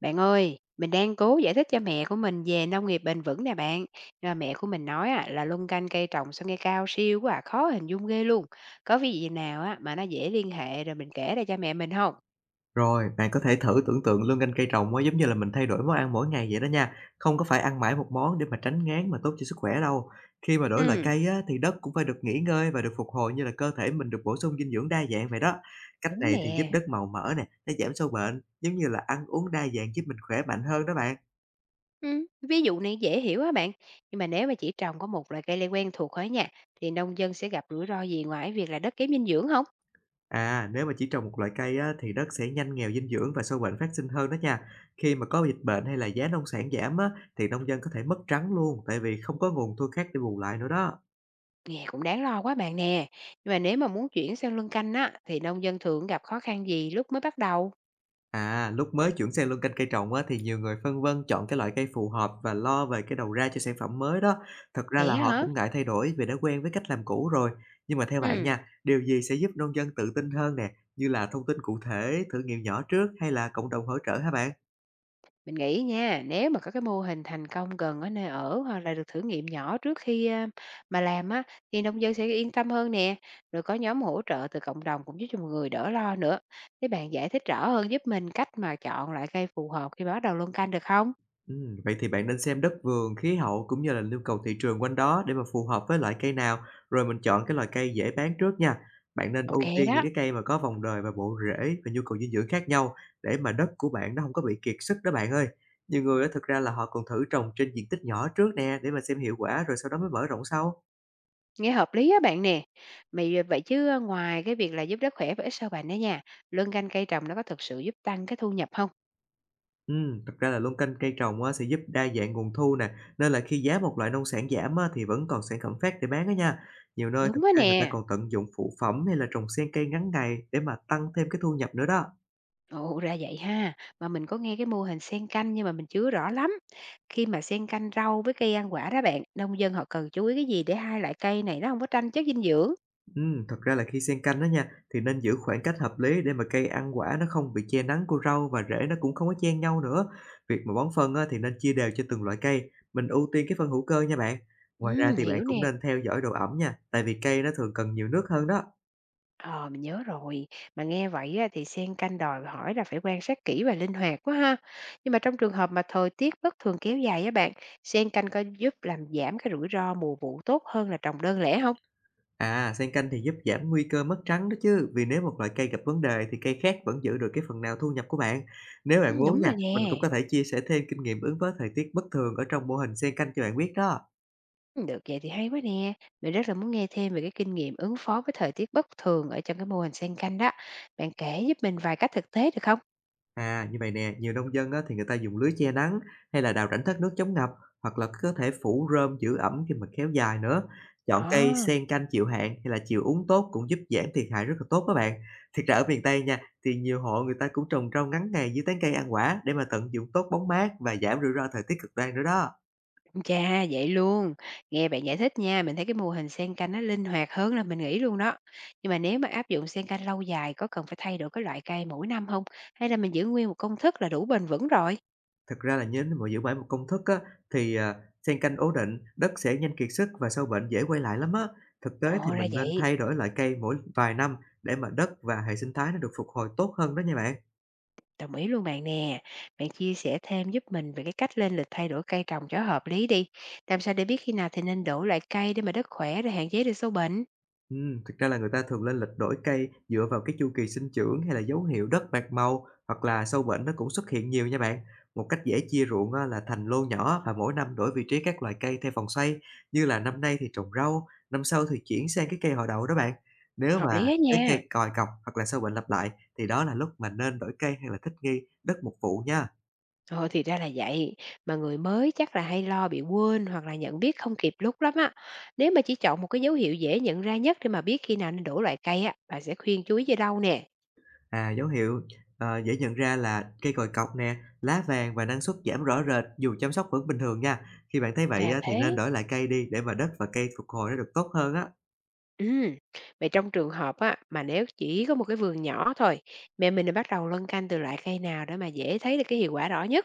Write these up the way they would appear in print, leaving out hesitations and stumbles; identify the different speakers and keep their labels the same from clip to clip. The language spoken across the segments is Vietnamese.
Speaker 1: Bạn ơi, mình đang cố giải thích cho mẹ của mình về nông nghiệp bền vững nè bạn. Rồi mẹ của mình nói á, là luân canh cây trồng sao nghe cao siêu quá à, khó hình dung ghê luôn. Có ví dụ nào á, mà nó dễ liên hệ rồi mình kể ra cho mẹ mình không?
Speaker 2: Rồi, bạn có thể thử tưởng tượng luôn canh cây trồng á, giống như là mình thay đổi món ăn mỗi ngày vậy đó nha. Không có phải ăn mãi một món để mà tránh ngán mà tốt cho sức khỏe đâu. Khi mà đổi loại
Speaker 1: Ừ.
Speaker 2: cây á, thì đất cũng phải được nghỉ ngơi và được phục hồi như là cơ thể mình được bổ sung dinh dưỡng đa dạng vậy đó. Cách
Speaker 1: Đúng
Speaker 2: này thì giúp
Speaker 1: nè.
Speaker 2: đất màu mỡ nè, nó giảm sâu bệnh, giống như là ăn uống đa dạng giúp mình khỏe mạnh hơn đó bạn.
Speaker 1: Ừ, ví dụ này dễ hiểu á bạn. Nhưng mà nếu mà chỉ trồng có một loại cây lê quen thuộc thôi nha, thì nông dân sẽ gặp rủi ro gì ngoài việc là đất kém dinh dưỡng không?
Speaker 2: À, nếu mà chỉ trồng một loại cây á, thì đất sẽ nhanh nghèo dinh dưỡng và sâu bệnh phát sinh hơn đó nha. Khi mà có dịch bệnh hay là giá nông sản giảm á, thì nông dân có thể mất trắng luôn, tại vì không có nguồn thu khác để bù lại nữa đó.
Speaker 1: Nghe cũng đáng lo quá bạn nè. Nhưng mà nếu mà muốn chuyển sang luân canh á, thì nông dân thường gặp khó khăn gì lúc mới bắt đầu?
Speaker 2: À, lúc mới chuyển sang luân canh cây trồng á, thì nhiều người phân vân chọn cái loại cây phù hợp và lo về cái đầu ra cho sản phẩm mới đó. Thật ra
Speaker 1: Vậy
Speaker 2: là
Speaker 1: á
Speaker 2: họ
Speaker 1: hả?
Speaker 2: cũng ngại thay đổi vì đã quen với cách làm cũ rồi. Nhưng mà theo bạn
Speaker 1: Ừ.
Speaker 2: nha, điều gì sẽ giúp nông dân tự tin hơn nè, như là thông tin cụ thể, thử nghiệm nhỏ trước hay là cộng đồng hỗ trợ hả bạn?
Speaker 1: Mình nghĩ nha, nếu mà có cái mô hình thành công gần ở nơi ở hoặc là được thử nghiệm nhỏ trước khi mà làm á thì nông dân sẽ yên tâm hơn nè. Rồi có nhóm hỗ trợ từ cộng đồng cũng giúp cho mọi người đỡ lo nữa. Thế bạn giải thích rõ hơn giúp mình cách mà chọn loại cây phù hợp khi bắt đầu luân canh được không?
Speaker 2: Vậy thì bạn nên xem đất vườn, khí hậu cũng như là nhu cầu thị trường quanh đó để mà phù hợp với loại cây nào, rồi mình chọn cái loại cây dễ bán trước nha. Bạn nên
Speaker 1: Ok
Speaker 2: ưu tiên những
Speaker 1: đó,
Speaker 2: cái cây mà có vòng đời và bộ rễ và nhu cầu dinh dưỡng khác nhau để mà đất của bạn nó không có bị kiệt sức đó bạn ơi. Nhiều người á, thực ra là họ còn thử trồng trên diện tích nhỏ trước nè để mà xem hiệu quả rồi sau đó mới mở rộng sau.
Speaker 1: nghe hợp lý á bạn nè. Mày vậy chứ à, ngoài cái việc là giúp đất khỏe và ít sâu bệnh đó nha, luân canh cây trồng nó có thực sự giúp tăng cái thu nhập không?
Speaker 2: Thật ra là luân canh cây trồng á, sẽ giúp đa dạng nguồn thu nè, nên là khi giá một loại nông sản giảm á, thì vẫn còn sản phẩm khác để bán đó nha. Nhiều nơi thật
Speaker 1: Đúng đó
Speaker 2: ra người ta
Speaker 1: nè.
Speaker 2: còn tận dụng phụ phẩm hay là trồng xen cây ngắn ngày để mà tăng thêm cái thu nhập nữa đó.
Speaker 1: Ồ, ra vậy ha. Mà mình có nghe cái mô hình xen canh nhưng mà mình chưa rõ lắm. Khi mà xen canh rau với cây ăn quả đó bạn, nông dân họ cần chú ý cái gì để hai loại cây này nó không có tranh chất dinh dưỡng?
Speaker 2: Thật ra là khi xen canh đó nha, thì nên giữ khoảng cách hợp lý để mà cây ăn quả nó không bị che nắng của rau và rễ nó cũng không có chen nhau nữa. Việc mà bón phân á, thì nên chia đều cho từng loại cây, mình ưu tiên cái phân hữu cơ nha bạn. Ngoài ra
Speaker 1: Ừ,
Speaker 2: thì bạn
Speaker 1: hiểu
Speaker 2: cũng
Speaker 1: nè.
Speaker 2: nên theo dõi độ ẩm nha, tại vì cây nó thường cần nhiều nước hơn đó.
Speaker 1: Ờ, mình nhớ rồi. Mà nghe vậy á, thì xen canh đòi hỏi là phải quan sát kỹ và linh hoạt quá ha. Nhưng mà trong trường hợp mà thời tiết bất thường kéo dài á bạn, xen canh có giúp làm giảm cái rủi ro mùa vụ tốt hơn là trồng đơn lẻ không?
Speaker 2: À, xen canh thì giúp giảm nguy cơ mất trắng đó chứ, vì nếu một loại cây gặp vấn đề thì cây khác vẫn giữ được cái phần nào thu nhập của bạn. Nếu
Speaker 1: Ừ,
Speaker 2: bạn muốn
Speaker 1: đúng
Speaker 2: nha,
Speaker 1: rồi
Speaker 2: mình
Speaker 1: nè.
Speaker 2: cũng có thể chia sẻ thêm kinh nghiệm ứng phó thời tiết bất thường ở trong mô hình xen canh cho bạn biết đó.
Speaker 1: Được vậy thì hay quá nè. Mình rất là muốn nghe thêm về cái kinh nghiệm ứng phó với thời tiết bất thường ở trong cái mô hình xen canh đó. Bạn kể giúp mình vài cách thực tế được không?
Speaker 2: À, như vậy nè, nhiều nông dân á, thì người ta dùng lưới che nắng hay là đào rãnh thoát nước chống ngập, hoặc là có thể phủ rơm giữ ẩm khi mà kéo dài nữa. Chọn cây
Speaker 1: À,
Speaker 2: xen canh chịu hạn hay là chịu úng tốt cũng giúp giảm thiệt hại rất là tốt các bạn. Thiệt ra ở miền Tây nha, thì nhiều hộ người ta cũng trồng rau ngắn ngày dưới tán cây ăn quả để mà tận dụng tốt bóng mát và giảm rủi ro thời tiết cực đoan nữa đó.
Speaker 1: chà, vậy luôn. Nghe bạn giải thích nha, mình thấy cái mô hình xen canh nó linh hoạt hơn là mình nghĩ luôn đó. Nhưng mà nếu mà áp dụng xen canh lâu dài có cần phải thay đổi cái loại cây mỗi năm không? Hay là mình giữ nguyên một công thức là đủ bền vững rồi?
Speaker 2: Thực ra là nhớ mà giữ mãi một công thức á, thì, xen canh ố định, đất sẽ nhanh kiệt sức và sâu bệnh dễ quay lại lắm á. Thực tế thì
Speaker 1: Ồ ra
Speaker 2: mình nên
Speaker 1: vậy.
Speaker 2: thay đổi loại cây mỗi vài năm để mà đất và hệ sinh thái nó được phục hồi tốt hơn đó nha bạn.
Speaker 1: Đồng ý luôn bạn nè. Bạn chia sẻ thêm giúp mình về cái cách lên lịch thay đổi cây trồng cho hợp lý đi. Làm sao để biết khi nào thì nên đổ loại cây để mà đất khỏe rồi hạn chế được sâu bệnh.
Speaker 2: Thực ra là người ta thường lên lịch đổi cây dựa vào cái chu kỳ sinh trưởng hay là dấu hiệu đất bạc màu hoặc là sâu bệnh nó cũng xuất hiện nhiều nha bạn. Một cách dễ chia ruộng á, là thành lô nhỏ và mỗi năm đổi vị trí các loài cây theo vòng xoay, như là năm nay thì trồng rau, năm sau thì chuyển sang cái cây họ đậu đó bạn. Nếu
Speaker 1: Hợp
Speaker 2: mà
Speaker 1: lý hết
Speaker 2: thấy
Speaker 1: nha.
Speaker 2: cây còi cọc hoặc là sâu bệnh lặp lại thì đó là lúc mà nên đổi cây hay là thích nghi đất một vụ nha.
Speaker 1: Ồ thì ra là vậy. Mà người mới chắc là hay lo bị quên hoặc là nhận biết không kịp lúc lắm á. Nếu mà chỉ chọn một cái dấu hiệu dễ nhận ra nhất để mà biết khi nào nên đổ loại cây á, bạn sẽ khuyên chú ý về đâu nè.
Speaker 2: À, dấu hiệu, dễ nhận ra là cây còi cọc nè, lá vàng và năng suất giảm rõ rệt dù chăm sóc vẫn bình thường nha. Khi bạn thấy vậy
Speaker 1: Là
Speaker 2: á, thì
Speaker 1: thế.
Speaker 2: nên đổi lại cây đi để mà đất và cây phục hồi nó được tốt hơn á.
Speaker 1: Ừ. Vậy trong trường hợp á, mà nếu chỉ có một cái vườn nhỏ thôi, mẹ mình đã bắt đầu luân canh từ loại cây nào để mà dễ thấy được cái hiệu quả rõ nhất.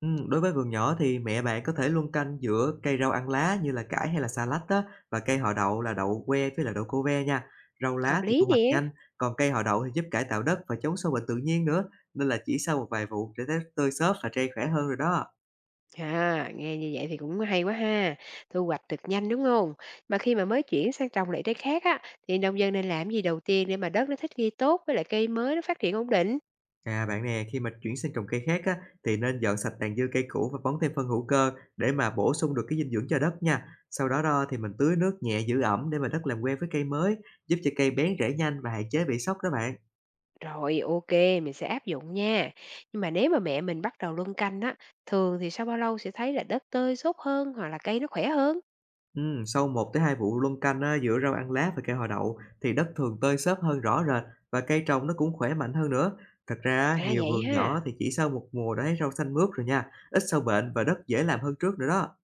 Speaker 2: Đối với vườn nhỏ thì mẹ bạn có thể luân canh giữa cây rau ăn lá như là cải hay là xà lách á, và cây họ đậu là đậu que với là đậu cô ve nha. Rau lá
Speaker 1: Hợp
Speaker 2: thì thu
Speaker 1: lý
Speaker 2: hoạch
Speaker 1: nè.
Speaker 2: nhanh, còn cây họ đậu thì giúp cải tạo đất và chống sâu bệnh tự nhiên nữa. Nên là chỉ sau một vài vụ để thấy tươi xốp và cây khỏe hơn rồi đó.
Speaker 1: À, nghe như vậy thì cũng hay quá ha. Thu hoạch được nhanh đúng không? Mà khi mà mới chuyển sang trồng lại trái khác á, thì nông dân nên làm gì đầu tiên để mà đất nó thích nghi tốt với lại cây mới nó phát triển ổn định?
Speaker 2: À, bạn nè, khi mà chuyển sang trồng cây khác á, thì nên dọn sạch tàn dư cây cũ và bón thêm phân hữu cơ để mà bổ sung được cái dinh dưỡng cho đất nha. Sau đó đó thì mình tưới nước nhẹ giữ ẩm để mà đất làm quen với cây mới, giúp cho cây bén rễ nhanh và hạn chế bị sốc đó bạn.
Speaker 1: Rồi, ok, mình sẽ áp dụng nha. Nhưng mà nếu mà mẹ mình bắt đầu luân canh á, thường thì sau bao lâu sẽ thấy là đất tơi xốp hơn hoặc là cây nó khỏe hơn?
Speaker 2: Ừ, sau một tới 2 vụ luân canh á, giữa rau ăn lá và cây họ đậu thì đất thường tơi xốp hơn rõ rệt và cây trồng nó cũng khỏe mạnh hơn nữa. Thật ra á,
Speaker 1: À
Speaker 2: nhiều
Speaker 1: vậy
Speaker 2: vườn nhỏ
Speaker 1: ha.
Speaker 2: thì chỉ sau một mùa đã thấy rau xanh mướt rồi nha, ít sâu bệnh và đất dễ làm hơn trước nữa đó.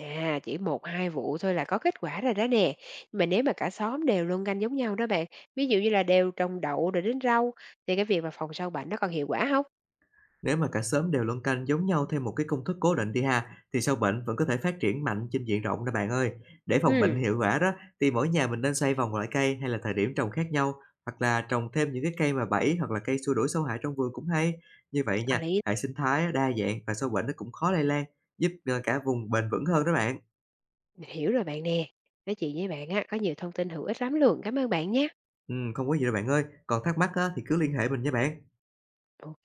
Speaker 1: À, chỉ một hai vụ thôi là có kết quả rồi đó nè. Mà nếu mà cả xóm đều luân canh giống nhau đó bạn, ví dụ như là đều trồng đậu rồi đến rau, thì cái việc mà phòng sâu bệnh nó còn hiệu quả không?
Speaker 2: Nếu mà cả xóm đều luân canh giống nhau theo một cái công thức cố định đi ha, thì sâu bệnh vẫn có thể phát triển mạnh trên diện rộng đó bạn ơi. Để phòng bệnh
Speaker 1: Ừm,
Speaker 2: hiệu quả đó, thì mỗi nhà mình nên xây vòng loại cây hay là thời điểm trồng khác nhau, hoặc là trồng thêm những cái cây mà bẫy hoặc là cây xua đuổi sâu hại trong vườn cũng hay. Như vậy
Speaker 1: có
Speaker 2: nha,
Speaker 1: lý,
Speaker 2: hệ sinh thái á, đa dạng và sâu bệnh nó cũng khó lây lan, giúp cả vùng bền vững hơn đó bạn.
Speaker 1: mình hiểu rồi bạn nè. Nói chuyện với bạn á, có nhiều thông tin hữu ích lắm luôn. Cảm ơn bạn nhé.
Speaker 2: Ừ, không có gì đâu bạn ơi, còn thắc mắc á, thì cứ liên hệ mình nha bạn.